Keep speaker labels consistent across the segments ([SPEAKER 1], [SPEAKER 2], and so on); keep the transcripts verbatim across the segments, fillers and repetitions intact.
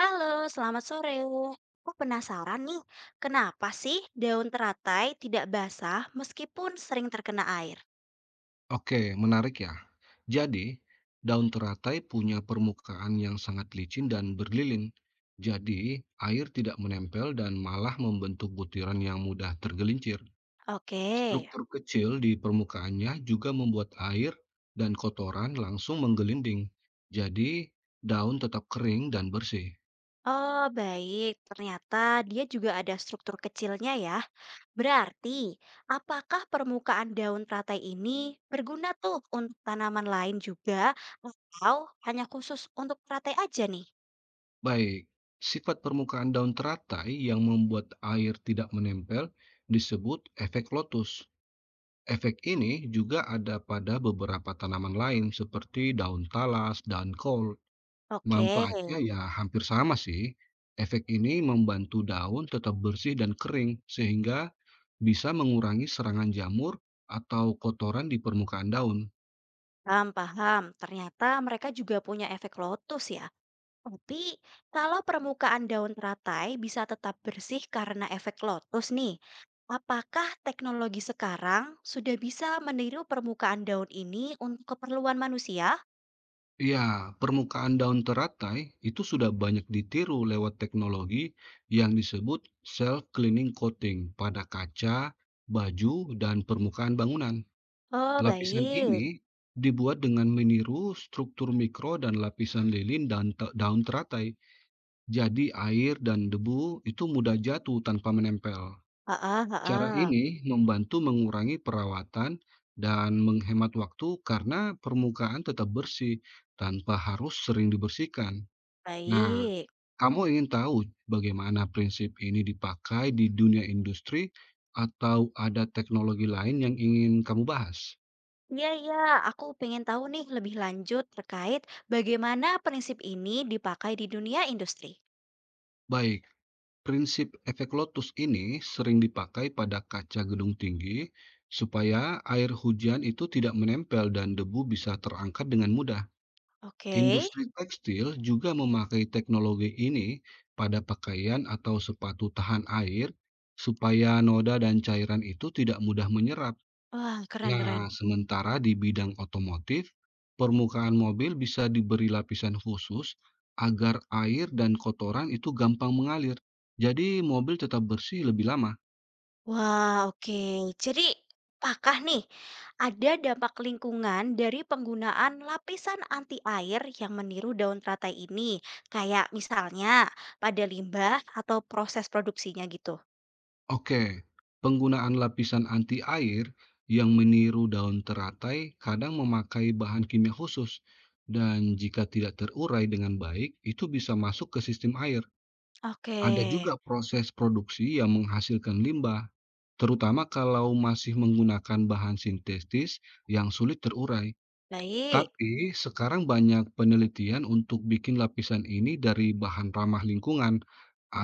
[SPEAKER 1] Halo, selamat sore. Aku penasaran nih, kenapa sih daun teratai tidak basah meskipun sering terkena air?
[SPEAKER 2] Oke, menarik ya. Jadi, daun teratai punya permukaan yang sangat licin dan berlilin. Jadi, air tidak menempel dan malah membentuk butiran yang mudah tergelincir.
[SPEAKER 1] Oke.
[SPEAKER 2] Struktur kecil di permukaannya juga membuat air dan kotoran langsung menggelinding. Jadi, daun tetap kering dan bersih.
[SPEAKER 1] Oh, baik. Ternyata dia juga ada struktur kecilnya ya. Berarti, apakah permukaan daun teratai ini berguna tuh untuk tanaman lain juga atau hanya khusus untuk teratai aja nih?
[SPEAKER 2] Baik, sifat permukaan daun teratai yang membuat air tidak menempel disebut efek lotus. Efek ini juga ada pada beberapa tanaman lain seperti daun talas dan kol.
[SPEAKER 1] Oke,
[SPEAKER 2] Manfaatnya ya hampir sama sih. Efek ini membantu daun tetap bersih dan kering sehingga bisa mengurangi serangan jamur atau kotoran di permukaan daun.
[SPEAKER 1] paham, paham. Ternyata mereka juga punya efek lotus ya. Tapi, kalau permukaan daun teratai bisa tetap bersih karena efek lotus nih, apakah teknologi sekarang sudah bisa meniru permukaan daun ini untuk keperluan manusia?
[SPEAKER 2] Ya, permukaan daun teratai itu sudah banyak ditiru lewat teknologi yang disebut self-cleaning coating pada kaca, baju, dan permukaan bangunan.
[SPEAKER 1] Oh,
[SPEAKER 2] Lapisan
[SPEAKER 1] baik.
[SPEAKER 2] ini dibuat dengan meniru struktur mikro dan lapisan lilin dan te- daun teratai. Jadi air dan debu itu mudah jatuh tanpa menempel.
[SPEAKER 1] Heeh,
[SPEAKER 2] Cara
[SPEAKER 1] heeh.
[SPEAKER 2] ini membantu mengurangi perawatan dan menghemat waktu karena permukaan tetap bersih tanpa harus sering dibersihkan. Nah,
[SPEAKER 1] Baik.
[SPEAKER 2] kamu ingin tahu bagaimana prinsip ini dipakai di dunia industri atau ada teknologi lain yang ingin kamu bahas?
[SPEAKER 1] Iya, iya, aku pengen tahu nih lebih lanjut terkait bagaimana prinsip ini dipakai di dunia industri.
[SPEAKER 2] Baik. Prinsip efek lotus ini sering dipakai pada kaca gedung tinggi supaya air hujan itu tidak menempel dan debu bisa terangkat dengan mudah.
[SPEAKER 1] Oke.
[SPEAKER 2] Industri tekstil juga memakai teknologi ini pada pakaian atau sepatu tahan air supaya noda dan cairan itu tidak mudah menyerap.
[SPEAKER 1] Wah,
[SPEAKER 2] Nah,
[SPEAKER 1] keren-keren.
[SPEAKER 2] sementara di bidang otomotif, permukaan mobil bisa diberi lapisan khusus agar air dan kotoran itu gampang mengalir. Jadi mobil tetap bersih lebih lama.
[SPEAKER 1] Wah, oke. Jadi, apakah nih ada dampak lingkungan dari penggunaan lapisan anti air yang meniru daun teratai ini? Kayak misalnya pada limbah atau proses produksinya gitu.
[SPEAKER 2] Oke, penggunaan lapisan anti air yang meniru daun teratai kadang memakai bahan kimia khusus dan jika tidak terurai dengan baik, itu bisa masuk ke sistem air.
[SPEAKER 1] Oke,
[SPEAKER 2] Ada juga proses produksi yang menghasilkan limbah, terutama kalau masih menggunakan bahan sintetis yang sulit terurai.
[SPEAKER 1] baik.
[SPEAKER 2] Tapi sekarang banyak penelitian untuk bikin lapisan ini dari bahan ramah lingkungan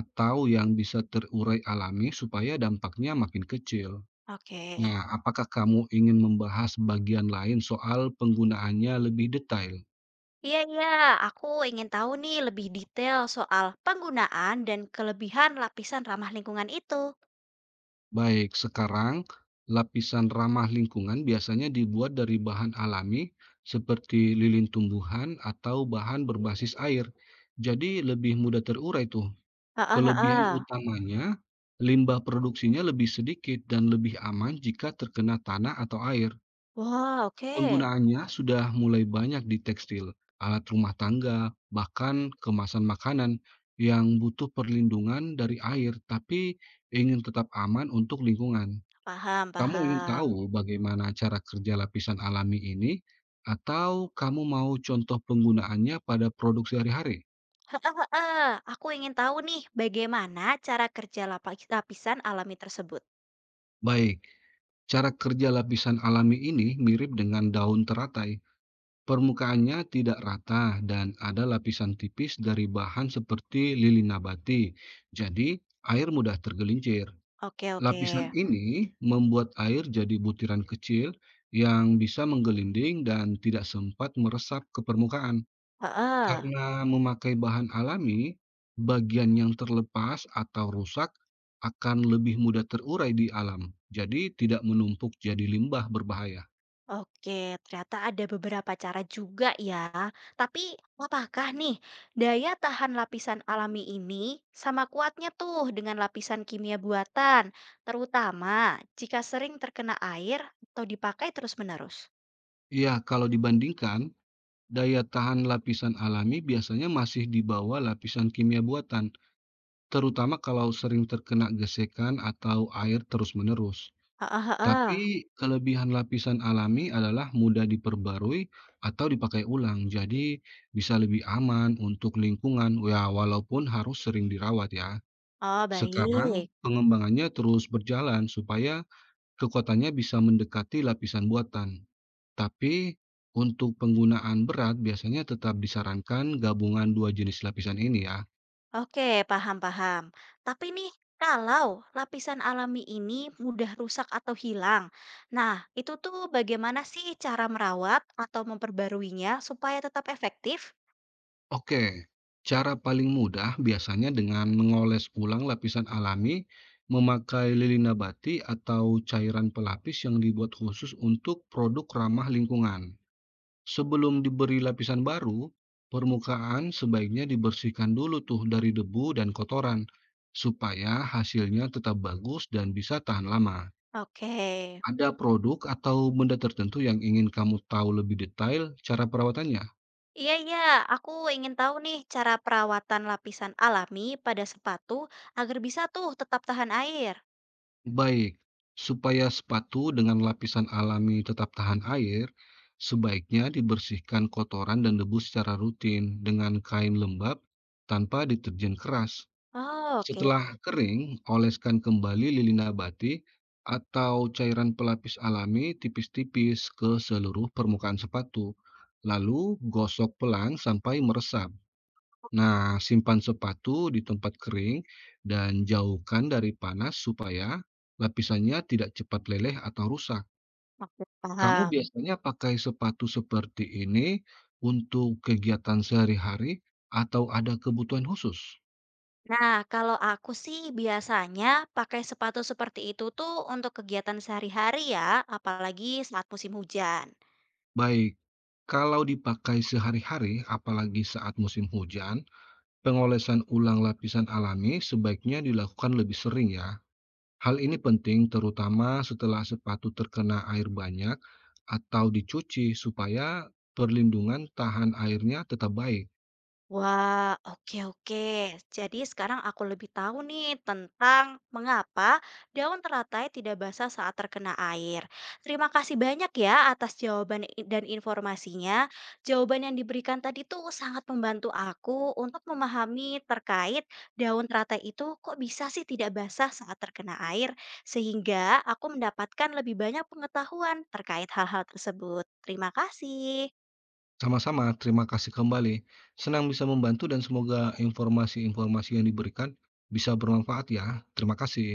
[SPEAKER 2] atau yang bisa terurai alami supaya dampaknya makin kecil.
[SPEAKER 1] Oke.
[SPEAKER 2] Nah, apakah kamu ingin membahas bagian lain soal penggunaannya lebih detail?
[SPEAKER 1] Iya, iya, aku ingin tahu nih lebih detail soal penggunaan dan kelebihan lapisan ramah lingkungan itu.
[SPEAKER 2] Baik, sekarang lapisan ramah lingkungan biasanya dibuat dari bahan alami seperti lilin tumbuhan atau bahan berbasis air. Jadi lebih mudah terurai tuh.
[SPEAKER 1] Heeh,
[SPEAKER 2] Kelebihan
[SPEAKER 1] heeh.
[SPEAKER 2] utamanya, limbah produksinya lebih sedikit dan lebih aman jika terkena tanah atau air.
[SPEAKER 1] Wah, oke.
[SPEAKER 2] Penggunaannya sudah mulai banyak di tekstil, alat rumah tangga, bahkan kemasan makanan yang butuh perlindungan dari air tapi ingin tetap aman untuk lingkungan.
[SPEAKER 1] Paham,
[SPEAKER 2] Kamu ingin
[SPEAKER 1] paham.
[SPEAKER 2] tahu bagaimana cara kerja lapisan alami ini, atau kamu mau contoh penggunaannya pada produk sehari-hari?
[SPEAKER 1] Heeh heeh. Aku ingin tahu nih bagaimana cara kerja lapis lapisan alami tersebut.
[SPEAKER 2] Baik, cara kerja lapisan alami ini mirip dengan daun teratai. Permukaannya tidak rata dan ada lapisan tipis dari bahan seperti lilin nabati. Jadi, air mudah tergelincir.
[SPEAKER 1] Oke oke.
[SPEAKER 2] Lapisan ini membuat air jadi butiran kecil yang bisa menggelinding dan tidak sempat meresap ke permukaan.
[SPEAKER 1] Heeh.
[SPEAKER 2] Karena memakai bahan alami, bagian yang terlepas atau rusak akan lebih mudah terurai di alam, jadi tidak menumpuk jadi limbah berbahaya.
[SPEAKER 1] Oke, ternyata ada beberapa cara juga ya. Tapi apakah nih daya tahan lapisan alami ini sama kuatnya tuh dengan lapisan kimia buatan, terutama jika sering terkena air atau dipakai terus-menerus?
[SPEAKER 2] Iya, kalau dibandingkan, daya tahan lapisan alami biasanya masih di bawah lapisan kimia buatan, terutama kalau sering terkena gesekan atau air terus-menerus.
[SPEAKER 1] Heeh heeh.
[SPEAKER 2] Tapi kelebihan lapisan alami adalah mudah diperbarui atau dipakai ulang, jadi bisa lebih aman untuk lingkungan ya walaupun harus sering dirawat ya.
[SPEAKER 1] Oh,
[SPEAKER 2] Sekarang
[SPEAKER 1] baik.
[SPEAKER 2] pengembangannya terus berjalan supaya kekuatannya bisa mendekati lapisan buatan. Tapi untuk penggunaan berat biasanya tetap disarankan gabungan dua jenis lapisan ini ya.
[SPEAKER 1] Oke, paham-paham. Tapi nih, kalau lapisan alami ini mudah rusak atau hilang, nah itu tuh bagaimana sih cara merawat atau memperbaruinya supaya tetap efektif?
[SPEAKER 2] Oke, cara paling mudah biasanya dengan mengoles ulang lapisan alami, memakai lilin nabati atau cairan pelapis yang dibuat khusus untuk produk ramah lingkungan. Sebelum diberi lapisan baru, permukaan sebaiknya dibersihkan dulu tuh dari debu dan kotoran, supaya hasilnya tetap bagus dan bisa tahan lama.
[SPEAKER 1] Oke.
[SPEAKER 2] Ada produk atau benda tertentu yang ingin kamu tahu lebih detail cara perawatannya?
[SPEAKER 1] Iya, iya, aku ingin tahu nih cara perawatan lapisan alami pada sepatu agar bisa tuh tetap tahan air.
[SPEAKER 2] Baik, supaya sepatu dengan lapisan alami tetap tahan air, sebaiknya dibersihkan kotoran dan debu secara rutin dengan kain lembab tanpa deterjen keras.
[SPEAKER 1] Oh, oke.
[SPEAKER 2] Setelah kering, oleskan kembali lilin nabati atau cairan pelapis alami tipis-tipis ke seluruh permukaan sepatu. Lalu gosok pelan sampai meresap. Nah, simpan sepatu di tempat kering dan jauhkan dari panas supaya lapisannya tidak cepat leleh atau rusak.
[SPEAKER 1] Oke,
[SPEAKER 2] Kamu
[SPEAKER 1] paham.
[SPEAKER 2] biasanya pakai sepatu seperti ini untuk kegiatan sehari-hari atau ada kebutuhan khusus?
[SPEAKER 1] Nah, kalau aku sih biasanya pakai sepatu seperti itu tuh untuk kegiatan sehari-hari ya, apalagi saat musim hujan.
[SPEAKER 2] Baik, kalau dipakai sehari-hari, apalagi saat musim hujan, pengolesan ulang lapisan alami sebaiknya dilakukan lebih sering ya. Hal ini penting terutama setelah sepatu terkena air banyak atau dicuci supaya perlindungan tahan airnya tetap baik.
[SPEAKER 1] Wah, oke oke. Jadi sekarang aku lebih tahu nih tentang mengapa daun teratai tidak basah saat terkena air. Terima kasih banyak ya atas jawaban i- dan informasinya. Jawaban yang diberikan tadi tuh sangat membantu aku untuk memahami terkait daun teratai itu kok bisa sih tidak basah saat terkena air, sehingga aku mendapatkan lebih banyak pengetahuan terkait hal-hal tersebut. Terima kasih.
[SPEAKER 2] Sama-sama, terima kasih kembali. Senang bisa membantu dan semoga informasi-informasi yang diberikan bisa bermanfaat ya. Terima kasih.